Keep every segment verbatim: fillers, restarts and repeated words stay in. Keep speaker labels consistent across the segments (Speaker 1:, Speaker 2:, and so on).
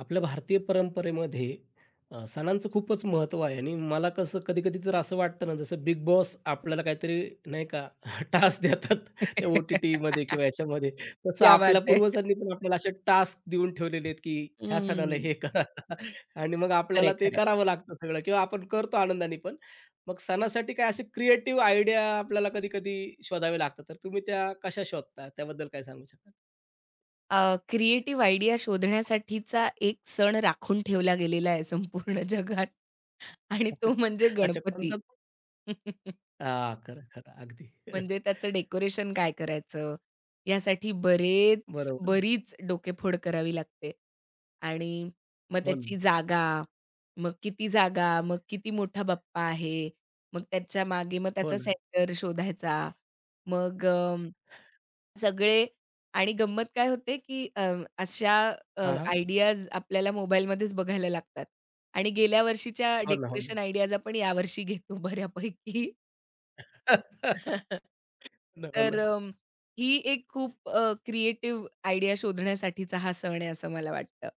Speaker 1: आपल्या भारतीय परंपरेमध्ये अ, सणांचं खूपच महत्त्व आहे आणि मला कसं कधी-कधी तर असं वाटतं ना, जसं बिग बॉस आपल्याला काहीतरी नाही का टास्क देतात त्या ओ-टी-टीमध्ये किंवा ह्याच्यामध्ये. तसं
Speaker 2: क्या बात
Speaker 1: आपल्या
Speaker 2: है!
Speaker 1: पूर्वजांनी पण आपल्याला असे टास्क देऊन ठेवलेले आहेत, की ह्या सणाला
Speaker 2: हं,
Speaker 1: हे करा आणि मग
Speaker 2: खरं आहे,
Speaker 1: आपल्याला ते
Speaker 2: खरं आहे.
Speaker 1: करावं लागतं सगळं किंवा आपण करतो आनंदाने पण. मग सणासाठी काय असे क्रिएटिव्ह आयडिया आपल्याला कधी-कधी शोधावे लागतात. तर तुम्ही त्या कशा शोधता? त्याबद्दल काय सांगू शकाल?
Speaker 2: अ, क्रिएटिव्ह आयडिया शोधण्यासाठीचा एक सण राखून ठेवला गेलेला आहे संपूर्ण जगात आणि तो
Speaker 1: अच्छा,
Speaker 2: म्हणजे
Speaker 1: अच्छा
Speaker 2: गणपती.
Speaker 1: कोणता हां, खरं, खरं. अगदी.
Speaker 2: म्हणजे त्याचं डेकोरेशन काय करायचं? यासाठी बरेच
Speaker 1: बरोबर आहे.
Speaker 2: बरीच डोकेफोड करावी लागते आणि मग
Speaker 1: हो
Speaker 2: त्याची
Speaker 1: ना,
Speaker 2: जागा, मग किती जागा, मग किती मोठा बाप्पा आहे, मग त्याच्या मागे मग
Speaker 1: हो
Speaker 2: त्याचा
Speaker 1: ना.
Speaker 2: सेंटर शोधायचा. मग सगळे आणि गंमत काय होते, की अ, अशा अ,
Speaker 1: हां, हां.
Speaker 2: आयडियाज आपल्याला मोबाईलमध्येच बघायला लागतात आणि गेल्या वर्षीच्या
Speaker 1: हो ना, हो ना.
Speaker 2: डेकोरेशन आयडियाज आपण यावर्षी घेतो बऱ्यापैकी.
Speaker 1: हो ना, हो
Speaker 2: तर
Speaker 1: ना,
Speaker 2: अ, ही एक खूप अ, क्रिएटिव्ह आयडिया शोधण्यासाठीचा हा सण आहे असं मला वाटतं.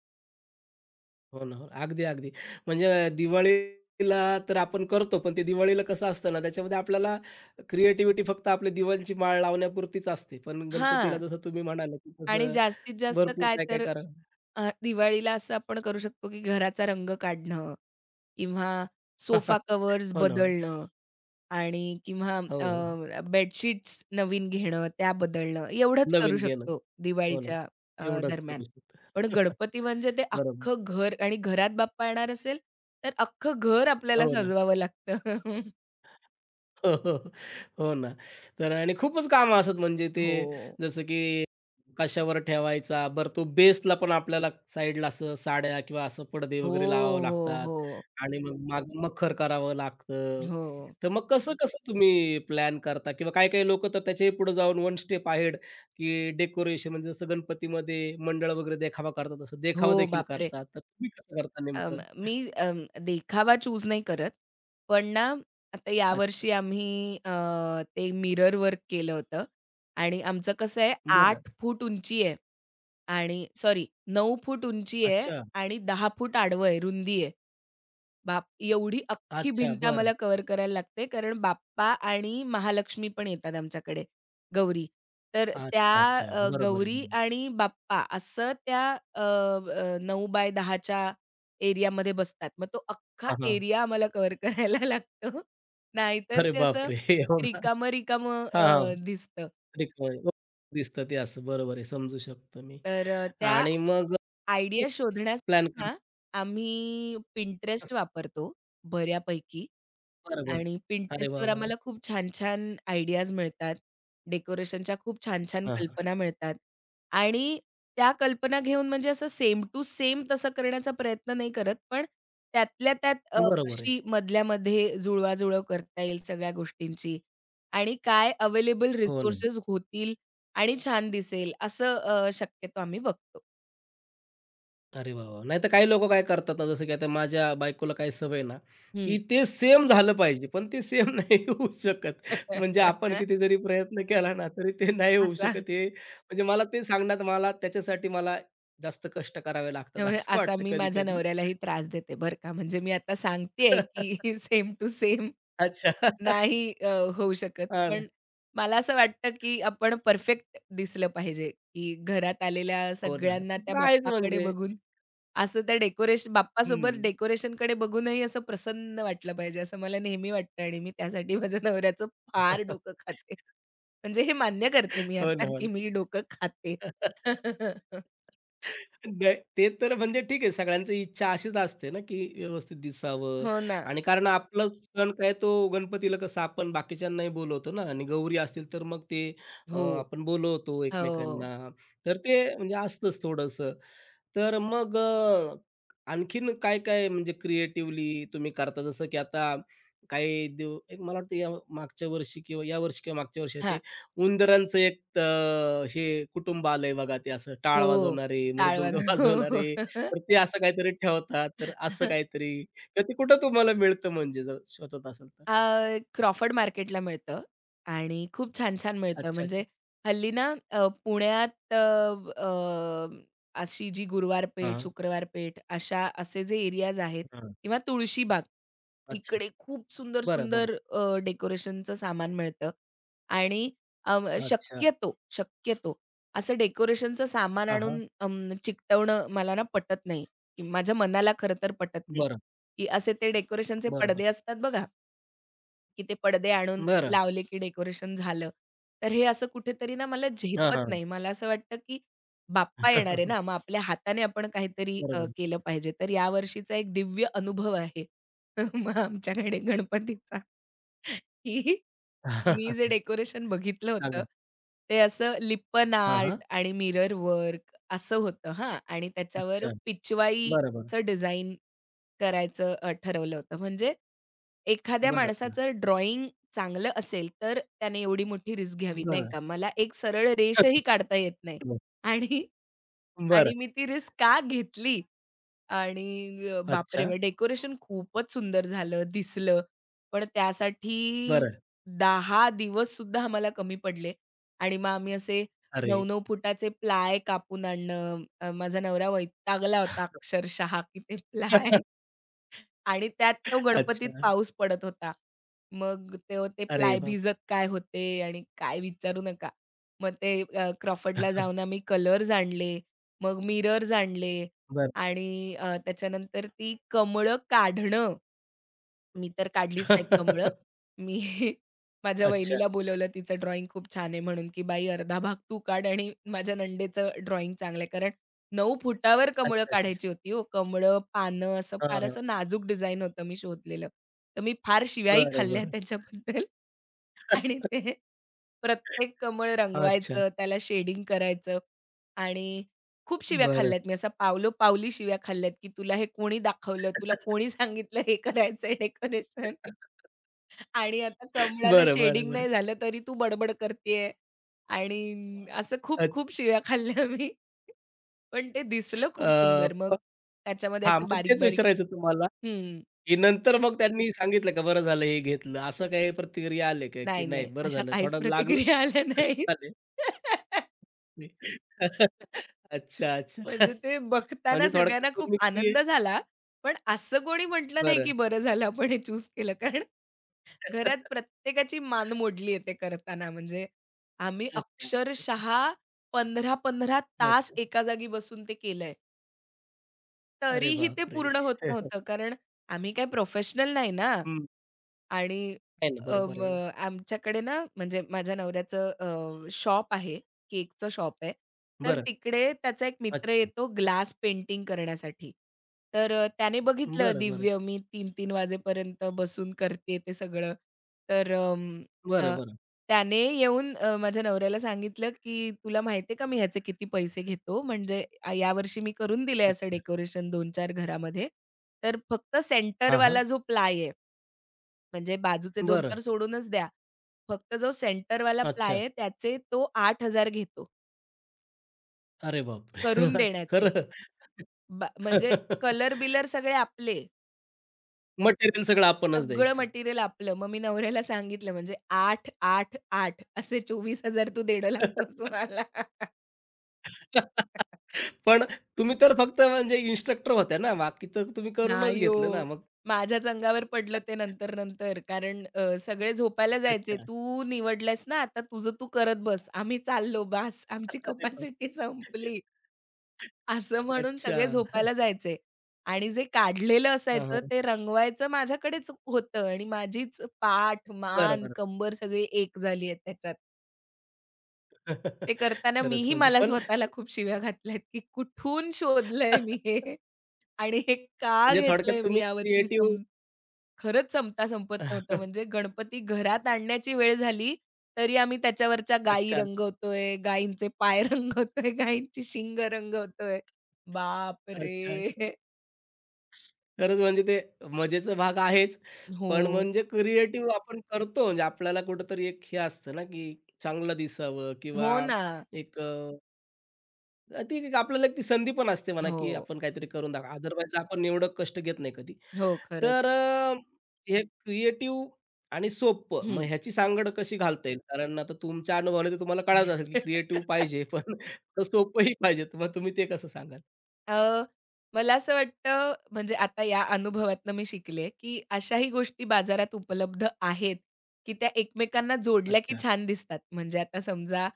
Speaker 1: हो ना. हो ना. अगदी, अगदी. म्हणजे दिवाळीला तर आपण करतो, पण ते दिवाळीला कसं असतं ना, त्याच्यामध्ये आपल्याला क्रिएटिव्हिटी फक्त आपली दिव्यांची माळ लावण्यापुरतीच असते. पण गणपतीला
Speaker 2: हां.
Speaker 1: जसं तुम्ही म्हणाले, की
Speaker 2: आणि
Speaker 1: तसं
Speaker 2: जास्तीत जास्त
Speaker 1: भरपूर
Speaker 2: काय
Speaker 1: काय-काय
Speaker 2: तर
Speaker 1: करा
Speaker 2: अ, दिवाळीला असं आपण करू शकतो, की घराचा रंग काढणं किंवा सोफा कव्हर्स
Speaker 1: हो ना, हो ना.
Speaker 2: बदलणं. आणि किंवा
Speaker 1: हो, हो.
Speaker 2: अ, बेडशीट्स नवीन घेणं, त्या बदलणं एवढंच करू
Speaker 1: नवीन घेणं.
Speaker 2: शकतो
Speaker 1: हो ना.
Speaker 2: दिवाळीच्या अ,
Speaker 1: एवढंच
Speaker 2: दरम्यान.
Speaker 1: करू शकतो.
Speaker 2: पण गणपती म्हणजे ते
Speaker 1: बरोबर.
Speaker 2: अख्खं घर आणि घरात बाप्पा येणार असेल, तर अख्खं घर आपल्याला
Speaker 1: हो ना.
Speaker 2: सजवावं लागतं.
Speaker 1: हो, हो, हो. हो ना. तर आणि खूपच कामं असतात म्हणजे ते
Speaker 2: हो.
Speaker 1: जसं की कशावर ठेवायचा, बरं तो बेसला पण आपल्याला साईडला असं साड्या किंवा असं पडदे
Speaker 2: हो,
Speaker 1: वगैरे लावावं
Speaker 2: हो,
Speaker 1: लागतात
Speaker 2: हो, हो.
Speaker 1: आणि मग मागून मखर करावं लागतं.
Speaker 2: हो.
Speaker 1: तर मग कसं-कसं तुम्ही प्लॅन करता किंवा काही-काही लोकं तर त्याच्याही पुढे जाऊन वन स्टेप अहेड की डेकोरेशन म्हणजे जसं गणपतीमध्ये मंडळ वगैरे देखावा करतात, तसं
Speaker 2: हो,
Speaker 1: देखावा देखील
Speaker 2: बापरे!
Speaker 1: करतात. तर तुम्ही कसं करता
Speaker 2: अं,
Speaker 1: नेमकं?
Speaker 2: मी अं, देखावा चूज नाही करत. पण ना, आता
Speaker 1: अच्छा.
Speaker 2: यावर्षी आम्ही अ, ते मिरर वर्क केलं होतं आणि आमचं कसं आहे
Speaker 1: बरं.
Speaker 2: आठ फूट उंची आहे आणि सॉरी नऊ फूट उंची आहे
Speaker 1: अच्छा.
Speaker 2: आणि दहा फूट आडवं आहे, रुंदी आहे. बाप एवढी अख्खी
Speaker 1: अच्छा.
Speaker 2: भिंत
Speaker 1: बरं.
Speaker 2: आम्हाला कव्हर करायला लागते. कारण बाप्पा आणि महालक्ष्मी पण येतात आमच्याकडे, गौरी. तर
Speaker 1: अच्छा,
Speaker 2: त्या
Speaker 1: अच्छा.
Speaker 2: अ,
Speaker 1: बरोबर आहे.
Speaker 2: गौरी
Speaker 1: बरोबर.
Speaker 2: आणि बाप्पा असं त्या अ, अ, नऊ बाय दहा च्या एरियामध्ये बसतात. मग तो अख्खा
Speaker 1: हां,
Speaker 2: एरिया आम्हाला कव्हर करायला लागतो. नाहीतर
Speaker 1: अरे
Speaker 2: ते असं
Speaker 1: बापरे! एवढा
Speaker 2: रिकामं-रिकामं अ,
Speaker 1: हां, हां.
Speaker 2: दिसतं.
Speaker 1: त्रिकोणी दिसतं ते असं. बरोबर आहे. समजू शकतो मी
Speaker 2: तर अ, त्या
Speaker 1: आणि मग
Speaker 2: आयडिया शोधण्यास
Speaker 1: प्लॅन
Speaker 2: ना
Speaker 1: करतात
Speaker 2: आम्ही Pinterest
Speaker 1: तसं.
Speaker 2: वापरतो बऱ्यापैकी.
Speaker 1: बरोबर.
Speaker 2: आणि
Speaker 1: अरे वाह,
Speaker 2: Pinterestवर
Speaker 1: वाह!
Speaker 2: आम्हाला खूप छान-छान आयडियाज मिळतात. डेकोरेशनच्या खूप छान-छान
Speaker 1: हां, हां.
Speaker 2: कल्पना मिळतात आणि त्या कल्पना घेऊन म्हणजे असं सेम टू सेम तसं करण्याचा प्रयत्न नाही करत, पण त्यातल्या त्यात अ,
Speaker 1: बरोबर आहे.
Speaker 2: कशी मधल्यामध्ये जुळवाजुळव करता येईल सगळ्या गोष्टींची आणि काय अवेलेबल
Speaker 1: हो
Speaker 2: रिसोर्सेस होतील आणि छान दिसेल असं अ, शक्यतो आम्ही बघतो.
Speaker 1: अरे वाह! वाह! नाहीतर काही लोकं काय करतात ना, जसं की आता माझ्या बायकोला काही सवय ना, की
Speaker 2: हं.
Speaker 1: ते सेम झालं पाहिजे, पण ते सेम नाही होऊ शकत. म्हणजे आपण किती जरी प्रयत्न केला ना, तरी ते नाही होऊ
Speaker 2: असा.
Speaker 1: शकत. हे म्हणजे मला ते सांगण्यात मला त्याच्यासाठी मला जास्त कष्ट करावे लागतात
Speaker 2: त्यामुळे
Speaker 1: असं
Speaker 2: असा
Speaker 1: वाटतं
Speaker 2: मी माझ्या
Speaker 1: कधी-कधी.
Speaker 2: नवऱ्यालाही त्रास देते बरं का. म्हणजे मी आता सांगतेय, की सेम टू सेम
Speaker 1: अच्छा.
Speaker 2: नाही अ, होऊ शकत.
Speaker 1: हां ना.
Speaker 2: पण मला असं वाटतं, की आपण परफेक्ट दिसलं पाहिजे, की घरात आलेल्या
Speaker 1: हो ना.
Speaker 2: सगळ्यांना
Speaker 1: ते
Speaker 2: त्या
Speaker 1: तर आहेच
Speaker 2: बाप्पाकडे
Speaker 1: म्हणजे.
Speaker 2: बघून असं त्या डेकोरेशन बाप्पासोबत
Speaker 1: हं.
Speaker 2: डेकोरेशनकडे बघूनही असं प्रसन्न वाटलं पाहिजे, असं मला नेहमी वाटतं आणि मी त्यासाठी माझ्या नवऱ्याचं फार डोकं खाते. म्हणजे हे मान्य करते मी
Speaker 1: हो
Speaker 2: आता,
Speaker 1: ना, हो ना.
Speaker 2: की मी डोकं खाते.
Speaker 1: नाही, ते तर म्हणजे ठीक आहे, सगळ्यांची इच्छा अशीच असते ना, की व्यवस्थित दिसावं
Speaker 2: हो ना.
Speaker 1: आणि कारण आपला सण काय तो गणपतीला कसं आपण बाकीच्यांनाही बोलवतो ना आणि गौरी असतील तर मग ते अ,
Speaker 2: हो.
Speaker 1: आपण बोलवतो
Speaker 2: हो.
Speaker 1: एकमेकांना. तर ते म्हणजे असतंच थोडंसं. तर मग अ, आणखीन काय-काय म्हणजे क्रिएटिव्हली तुम्ही करता? जसं की आता काही दिव एक मला वाटतं या मागच्या वर्षी किंवा या वर्षी किंवा मागच्या वर्षी
Speaker 2: हां.
Speaker 1: ते उंदरांचं एक अ, हे कुटुंब आलंय बघा, ते असं टाळ
Speaker 2: हो.
Speaker 1: वाजवणारे, मृदुंग
Speaker 2: टाळवाण. हो,
Speaker 1: वाजवणारे, तर ते असं काहीतरी ठेवतात. तर असं
Speaker 2: हो.
Speaker 1: काहीतरी तर ते कुठं तुम्हाला मिळतं म्हणजे जर शोधत असाल तर?
Speaker 2: अ, क्रॉफर्ड मार्केटला मिळतं आणि खूप छान-छान मिळतं.
Speaker 1: अच्छा,
Speaker 2: म्हणजे
Speaker 1: अच्छा.
Speaker 2: हल्ली ना अ, पुण्यात अ, अ, अशी जी गुरुवार
Speaker 1: हां,
Speaker 2: पेठ,
Speaker 1: हां.
Speaker 2: शुक्रवार पेठ अशा असे जे एरियाज आहेत किंवा तुळशीबाग,
Speaker 1: अच्छा.
Speaker 2: इकडे खूप
Speaker 1: बरं, बरं.
Speaker 2: सुंदर-सुंदर अ, डेकोरेशनचं सामान मिळतं आणि अं,
Speaker 1: अच्छा.
Speaker 2: शक्यतो, शक्यतो असं डेकोरेशनचं सामान
Speaker 1: हां, हां.
Speaker 2: आणून अं, चिकटवणं मला ना पटत नाही. माझ्या मनाला खरं तर पटत नाही.
Speaker 1: बरं.
Speaker 2: की असे ते डेकोरेशनचे
Speaker 1: बरोबर
Speaker 2: पडदे असतात बघा. की ते पडदे आणून
Speaker 1: बरं.
Speaker 2: लावले की डेकोरेशन झालं. तर हे असं कुठेतरी ना मला
Speaker 1: हां,
Speaker 2: झेपत
Speaker 1: हां.
Speaker 2: नाही. मला असं वाटतं की बाप्पा येणार आहे ना, मग आपल्या हाताने आपण काहीतरी अ,
Speaker 1: बरोबर.
Speaker 2: केलं पाहिजे. तर यावर्षीचा एक दिव्य अनुभव आहे मग आमच्याकडे गणपतीचा. की मी जे डेकोरेशन बघितलं होतं,
Speaker 1: सांगा.
Speaker 2: ते असं लिप्पन
Speaker 1: हां, हां.
Speaker 2: आर्ट आणि मिरर वर्क असं होतं हां. आणि त्याच्यावर
Speaker 1: अच्छा. बरं, बरं.
Speaker 2: पिचवाईचं डिझाइन करायचं अ, ठरवलं होतं. म्हणजे एखाद्या
Speaker 1: बरं, बरं.
Speaker 2: माणसाचं ड्रॉइंग चांगलं असेल, तर त्याने एवढी मोठी रिस्क घ्यावी, नाही
Speaker 1: बरं.
Speaker 2: का? मला एक सरळ रेषही काढता येत नाही आणि
Speaker 1: बरं.
Speaker 2: आणि मी ती रिस्क का घेतली आणि अ, बापरे!
Speaker 1: अच्छा.
Speaker 2: म्हणजे डेकोरेशन खूपच सुंदर झालं, दिसलं. पण त्यासाठी
Speaker 1: बरं.
Speaker 2: दहा दिवससुद्धा आम्हाला कमी पडले आणि मग आम्ही असे
Speaker 1: अरे!
Speaker 2: नऊ नऊ फुटाचे प्लाय कापून आणणं. अ, माझा नवरा वैतागला होता अक्षरशः की ते प्लाय आणि त्यात तो गणपतीत
Speaker 1: अच्छा.
Speaker 2: पाऊस पडत होता. मग ते ते
Speaker 1: अरे
Speaker 2: प्लाय
Speaker 1: बाप!
Speaker 2: भिजत काय होते आणि काय विचारू नका. मग ते अ, Crawfordला जाऊन आम्ही कलर्स आणले, मग मिरर्स आणले
Speaker 1: बरं.
Speaker 2: आणि अ, त्याच्यानंतर ती कमळं काढणं मी तर काढलीच नाहीत कमळं. मी माझ्या
Speaker 1: अच्छा.
Speaker 2: वहिनीला बोलवलं तिचं ड्रॉइंग खूप छान आहे म्हणून, की "बाई अर्धा भाग तू काढ आणि माझ्या नणंदेचं ड्रॉइंग चांगलं आहे." कारण नऊ फुटावर कमळं
Speaker 1: अच्छा, अच्छा, अच्छा.
Speaker 2: काढायची होती हो. कमळं, पानं असं फार
Speaker 1: हां.
Speaker 2: असं नाजूक डिझाइन होतं मी शोधलेलं. तर मी फार शिव्याही
Speaker 1: बरं,
Speaker 2: खाल्ल्या
Speaker 1: बरं.
Speaker 2: त्याच्याबद्दल आणि ते प्रत्येक कमळ
Speaker 1: अच्छा.
Speaker 2: रंगवायचं, त्याला शेडिंग करायचं आणि खूप शिव्या
Speaker 1: बरं.
Speaker 2: खाल्ल्यात मी, असा पावलोपावली शिव्या खाल्ल्यात, की तुला हे कोणी दाखवलं? तुला कोणी सांगितलं हे करायचंय डेकोरेशन? आणि आता कमळाला
Speaker 1: बरं, बरं,
Speaker 2: शेडिंग
Speaker 1: बरं.
Speaker 2: नाही झालं तरी तू बडबड करतीये. आणि असं
Speaker 1: अच्छा.
Speaker 2: खूप-खूप शिव्या खाल्ल्या मी. पण ते दिसलं
Speaker 1: अ,
Speaker 2: खूप सुंदर. मग
Speaker 1: प
Speaker 2: त्याच्यामध्ये
Speaker 1: हां,
Speaker 2: अशा
Speaker 1: मग तेच
Speaker 2: बारीक-बारीक
Speaker 1: विचारायचं तुम्हाला,
Speaker 2: हं.
Speaker 1: की नंतर मग त्यांनी सांगितलं का, "बरं झालं हे घेतलं." असं काही प्रतिक्रिया आले का, की
Speaker 2: नाही,
Speaker 1: नाही
Speaker 2: नाही.
Speaker 1: बरं
Speaker 2: अशा
Speaker 1: झालं
Speaker 2: काहीच
Speaker 1: थोडं लागलं,
Speaker 2: प्रतिक्रिया आल्या नाहीत.
Speaker 1: कष्ट आले. अच्छा, अच्छा.
Speaker 2: म्हणजे ते बघताना
Speaker 1: म्हणजे थोडक्यात
Speaker 2: सगळ्यांना खूप
Speaker 1: तुम्ही फ्री
Speaker 2: आनंद झाला. पण असं कोणी म्हटलं नाही, की
Speaker 1: बरं.
Speaker 2: बरं झालं आपण हे चूज केलं कारण घरात प्रत्येकाची मान मोडली आहे ते करताना. म्हणजे आम्ही
Speaker 1: अच्छा, अच्छा, अच्छा.
Speaker 2: अक्षरशः पंधरा पंधरा तास
Speaker 1: अच्छा.
Speaker 2: एका जागी बसून ते केलंय.
Speaker 1: अरे
Speaker 2: तरीही ते
Speaker 1: बापरे!
Speaker 2: पूर्ण होत नव्हतं. कारण आम्ही काही प्रोफेशनल नाही ना.
Speaker 1: हं.
Speaker 2: आणि
Speaker 1: आहे ना,
Speaker 2: अ,
Speaker 1: बरोबर
Speaker 2: म
Speaker 1: आहे ना.
Speaker 2: आमच्याकडे ना म्हणजे माझ्या नवऱ्याचं शॉप आहे, केकचं शॉप आहे. तर
Speaker 1: बरं.
Speaker 2: तिकडे त्याचा एक मित्र
Speaker 1: अच्छा.
Speaker 2: येतो ग्लास पेंटिंग करण्यासाठी. तर अ, त्याने बघितलं
Speaker 1: बरं, बरं.
Speaker 2: दिव्य मी तीन 3 वाजेपर्यंत बसून करते ते सगळं. तर अं,
Speaker 1: बरं,
Speaker 2: अ,
Speaker 1: बरं.
Speaker 2: त्याने येऊन अ, माझ्या नवऱ्याला सांगितलं, की "तुला माहिती का मी ह्याचे किती पैसे घेतो? म्हणजे अ, यावर्षी मी करून दिलंय असं
Speaker 1: अच्छा.
Speaker 2: डेकोरेशन दोन चार घरामध्ये. तर फक्त
Speaker 1: हां, हां.
Speaker 2: सेंटरवाला जो प्लाय आहे" म्हणजे बाजूचे दोन
Speaker 1: बरं.
Speaker 2: तर सोडूनच द्या. फक्त जो सेंटरवाला प्लाय
Speaker 1: अच्छा.
Speaker 2: आहे त्याचे तो आठ हजार घेतो
Speaker 1: अरे बापरे!
Speaker 2: करून देण्याचे.
Speaker 1: खरं?
Speaker 2: बा म्हणजे कलर-बिलर सगळे आपले.
Speaker 1: मटेरियल सगळं आपणच
Speaker 2: सगळं
Speaker 1: द्यायचं.
Speaker 2: मटेरियल आपलं. मग मी नवऱ्याला सांगितलं म्हणजे आठ, आठ, आठ, असे चोवीस हजार तू देणं लागतोस मला.
Speaker 1: पण तुम्ही तर फक्त म्हणजे इन्स्ट्रक्टर होत्या ना, बाकी तर तुम्ही करूनच
Speaker 2: नाही
Speaker 1: घेतलं
Speaker 2: हो.
Speaker 1: ना मग.
Speaker 2: माझ्याच अंगावर पडलं ते नंतर-नंतर. कारण अ, सगळे झोपायला जायचे. तू निवडलंस ना आता तुझं तू करत बस. आम्ही चाललो बास. आमची
Speaker 1: अरे
Speaker 2: कपॅसिटी
Speaker 1: बापरे!
Speaker 2: संपली. असं म्हणून
Speaker 1: अच्छा.
Speaker 2: सगळे झोपायला जायचे आणि जे काढलेलं
Speaker 1: हां,
Speaker 2: असायचं
Speaker 1: हां.
Speaker 2: ते रंगवायचं माझ्याकडेच होतं आणि माझीच पाठ,
Speaker 1: बरं,
Speaker 2: मान,
Speaker 1: बरं.
Speaker 2: कंबर सगळी एक झाली आहे त्याच्यात. ते करताना
Speaker 1: खरंच
Speaker 2: मीही
Speaker 1: म्हणजे
Speaker 2: मला
Speaker 1: पण
Speaker 2: स्वतःला खूप शिव्या घातल्यात, की कुठून शोधलंय मी हे आणि हे का
Speaker 1: म्हणजे थोडक्यात
Speaker 2: घेतलंय मी
Speaker 1: तुम्ही
Speaker 2: यावर्षी
Speaker 1: क्रिएटिव्ह
Speaker 2: सम खरंच संपता संपत नव्हतं. म्हणजे गणपती घरात आणण्याची वेळ झाली, तरी आम्ही त्याच्यावरच्या गायी
Speaker 1: अच्छा,
Speaker 2: रंगवतोय, गायींचे पाय रंगवतोय, गायींची शिंग रंगवतोय.
Speaker 1: अच्छा, अच्छा.
Speaker 2: बापरे!
Speaker 1: खरंच म्हणजे ते मजेचा भाग आहेच, पण
Speaker 2: हो.
Speaker 1: म्हणजे क्रिएटिव्ह आपण करतो म्हणजे आपल्याला कुठेतरी एक हे असतं ना, की चांगलं दिसावं किंवा
Speaker 2: हो ना.
Speaker 1: एक अ, ती एक आपल्याला एक ती संधी पण असते म्हणा, की
Speaker 2: हो.
Speaker 1: आपण काहीतरी करून दाखवा. अदरवाईज आपण एवढं कष्ट घेत नाही कधी.
Speaker 2: हो, खरंच.
Speaker 1: तर अ, हे क्रिएटिव्ह आणि सोपं मग
Speaker 2: हं.
Speaker 1: ह्याची सांगड कशी घालता येईल? कारण आता तुमच्या अनुभवाने तर तुम्हाला कळालं असेल, की क्रिएटिव्ह पाहिजे पण सोपंही पाहिजे. तर मग तुम्ही ते कसं सांगाल?
Speaker 2: अ, मला असं वाटतं म्हणजे आता या अनुभवातनं मी शिकले, की अशाही गोष्टी बाजारात उपलब्ध आहेत, की त्या एकमेकांना जोडल्या की
Speaker 1: अच्छा.
Speaker 2: छान दिसतात. म्हणजे आता समजा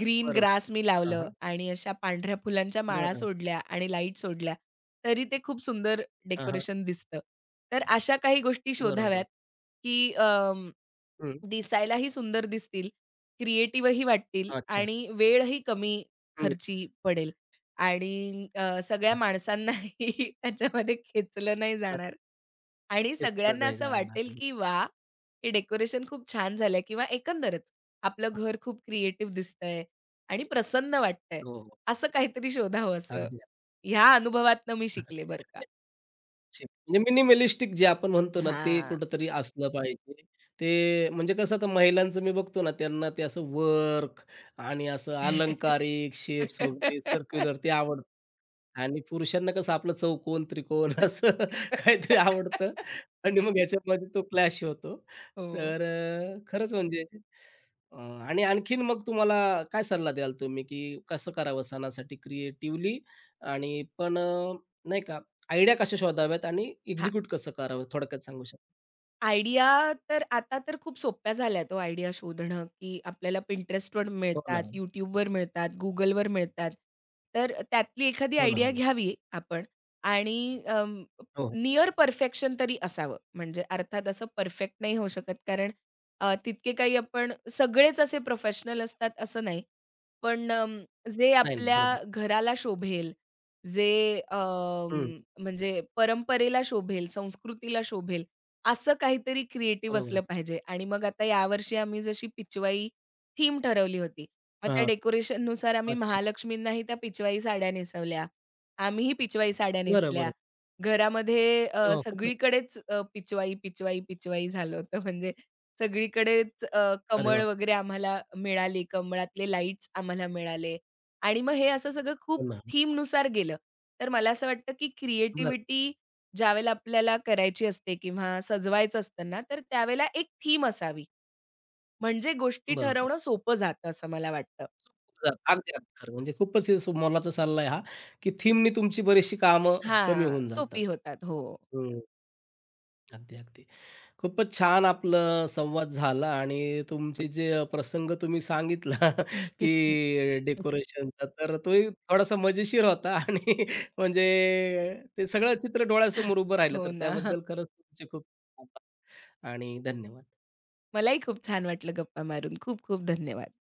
Speaker 2: ग्रीन
Speaker 1: बरोबर.
Speaker 2: ग्रास मी लावलं आणि अशा पांढऱ्या फुलांच्या माळा
Speaker 1: बरं.
Speaker 2: सोडल्या आणि लाईट सोडल्या, तरी ते खूप सुंदर
Speaker 1: हां, हां.
Speaker 2: डेकोरेशन दिसतं. तर अशा काही गोष्टी शोधाव्यात,
Speaker 1: बरोबर.
Speaker 2: की
Speaker 1: हं.
Speaker 2: दिसायलाही सुंदर दिसतील, क्रिएटिव्हही वाटतील
Speaker 1: अच्छा.
Speaker 2: आणि वेळही कमी
Speaker 1: हं.
Speaker 2: खर्ची पडेल आणि अ, सगळ्या
Speaker 1: अच्छा.
Speaker 2: माणसांनाही त्याच्यामध्ये खेचलं नाही
Speaker 1: हां,
Speaker 2: जाणार आणि
Speaker 1: नक्कीच पुढे
Speaker 2: सगळ्यांना
Speaker 1: नाही
Speaker 2: असं
Speaker 1: जाणार
Speaker 2: वाटेल,
Speaker 1: आहे.
Speaker 2: की वा, हे डेकोरेशन खूप छान झालंय" किंवा एकंदरच आपलं घर खूप क्रिएटिव्ह दिसतंय आणि प्रसन्न वाटतंय.
Speaker 1: हो, हो.
Speaker 2: असं काहीतरी शोधावं असं.
Speaker 1: अगदी.
Speaker 2: ह्या अनुभवातनं मी शिकले बरं का.
Speaker 1: अच्छा. म्हणजे मिनिमलिस्टिक जे आपण म्हणतो ना, ते
Speaker 2: हां.
Speaker 1: कुठेतरी असलं पाहिजे. ते म्हणजे कसं आता महिलांचं मी बघतो ना, त्यांना ते असं वर्क आणि असं अलंकारिक शेप्स वगैरे सर्क्युलर ते आवडतं. आणि पुरुषांना कसं आपलं चौकोन, त्रिकोण असं काहीतरी आवडतं आणि मग ह्याच्यामध्ये तो क्लॅश होतो.
Speaker 2: हो.
Speaker 1: तर अ, खरंच म्हणजे अ, आणि आणखीन मग तुम्हाला काय सल्ला द्याल तुम्ही, की कसं करावं सणासाठी क्रिएटिव्हली आणि पण अ, नाही का आयडिया कशा शोधाव्यात आणि
Speaker 2: हां.
Speaker 1: एक्झिक्यूट कसं करावं थोडक्यात सांगू शकता?
Speaker 2: आयडिया तर आता तर खूप सोप्या झाल्यात तो आयडिया शोधणं, की आपल्याला Pinterestवर
Speaker 1: हो ना,
Speaker 2: मिळतात, YouTubeवर मिळतात, Googleवर मिळतात. तर त्यातली एखादी
Speaker 1: हो ना, हो
Speaker 2: आयडिया
Speaker 1: ना.
Speaker 2: घ्यावी आपण आणि अं,
Speaker 1: हो, हो.
Speaker 2: निअर परफेक्शन तरी असावं. म्हणजे अर्थात असं परफेक्ट नाही होऊ शकत कारण अ, तितके काही आपण सगळेच असे प्रोफेशनल असतात असं नाही. पण अं, जे
Speaker 1: नाही ना,
Speaker 2: आपल्या
Speaker 1: बरोबर.
Speaker 2: घराला शोभेल, जे
Speaker 1: हं,
Speaker 2: अं, म्हणजे परंपरेला शोभेल, संस्कृतीला शोभेल असं काहीतरी क्रिएटिव्ह
Speaker 1: बरोबर
Speaker 2: असलं
Speaker 1: आहे.
Speaker 2: पाहिजे आणि मग आता यावर्षी आम्ही जशी पिचवाई थीम ठरवली होती. मग त्या
Speaker 1: हां,
Speaker 2: डेकोरेशन नुसार आम्ही
Speaker 1: अच्छा.
Speaker 2: महालक्ष्मींनाही त्या पिचवाई साड्या नेसवल्या. आम्हीही पिचवाई साड्या
Speaker 1: बरं,
Speaker 2: नेसल्या.
Speaker 1: बरं.
Speaker 2: घरामध्ये
Speaker 1: अरे
Speaker 2: अ,
Speaker 1: वाह! खूपच.
Speaker 2: सगळीकडेच अ, पिचवाई, पिचवाई, पिचवाई झालं होतं. म्हणजे सगळीकडेच अ,
Speaker 1: अरे
Speaker 2: कमळ
Speaker 1: वाह!
Speaker 2: वगैरे आम्हाला मिळाली. कमळातले लाईट्स आम्हाला मिळाले आणि मग हे असं सगळं खूप
Speaker 1: हो ना. हो.
Speaker 2: थीमनुसार गेलं. तर मला असं वाटतं की
Speaker 1: बरं,
Speaker 2: क्रिएटिव्हिटी ज्यावेळेला आपल्याला करायची असते किंवा सजवायचं असतं ना, तर त्यावेळेला एक थीम असावी. म्हणजे गोष्टी
Speaker 1: बरोबर.
Speaker 2: ठरवणं सोपं जातं असं मला वाटतं.
Speaker 1: अगदी, अगदी खरं. म्हणजे खूपच हे सु- मोलाचा सल्ला आहे हा, की थीमनी तुमची बरीचशी कामं कमी
Speaker 2: हां,
Speaker 1: होऊन जातात.
Speaker 2: सोपी होतात. हो.
Speaker 1: हं. अगदी, अगदी. खूपच छान आपलं संवाद झाला आणि तुमचे जे प्रसंग तुम्ही सांगितला, की डेकोरेशनचा तर तोही थोडासा मजेशीर होता आणि म्हणजे ते सगळं चित्र डोळ्यासमोर उभं राहिलं.
Speaker 2: हो
Speaker 1: तर
Speaker 2: ना.
Speaker 1: त्याबद्दल खरंच तुमचे खूप आभार आणि धन्यवाद.
Speaker 2: मलाही खूप छान वाटलं गप्पा मारून. खूप खूप धन्यवाद.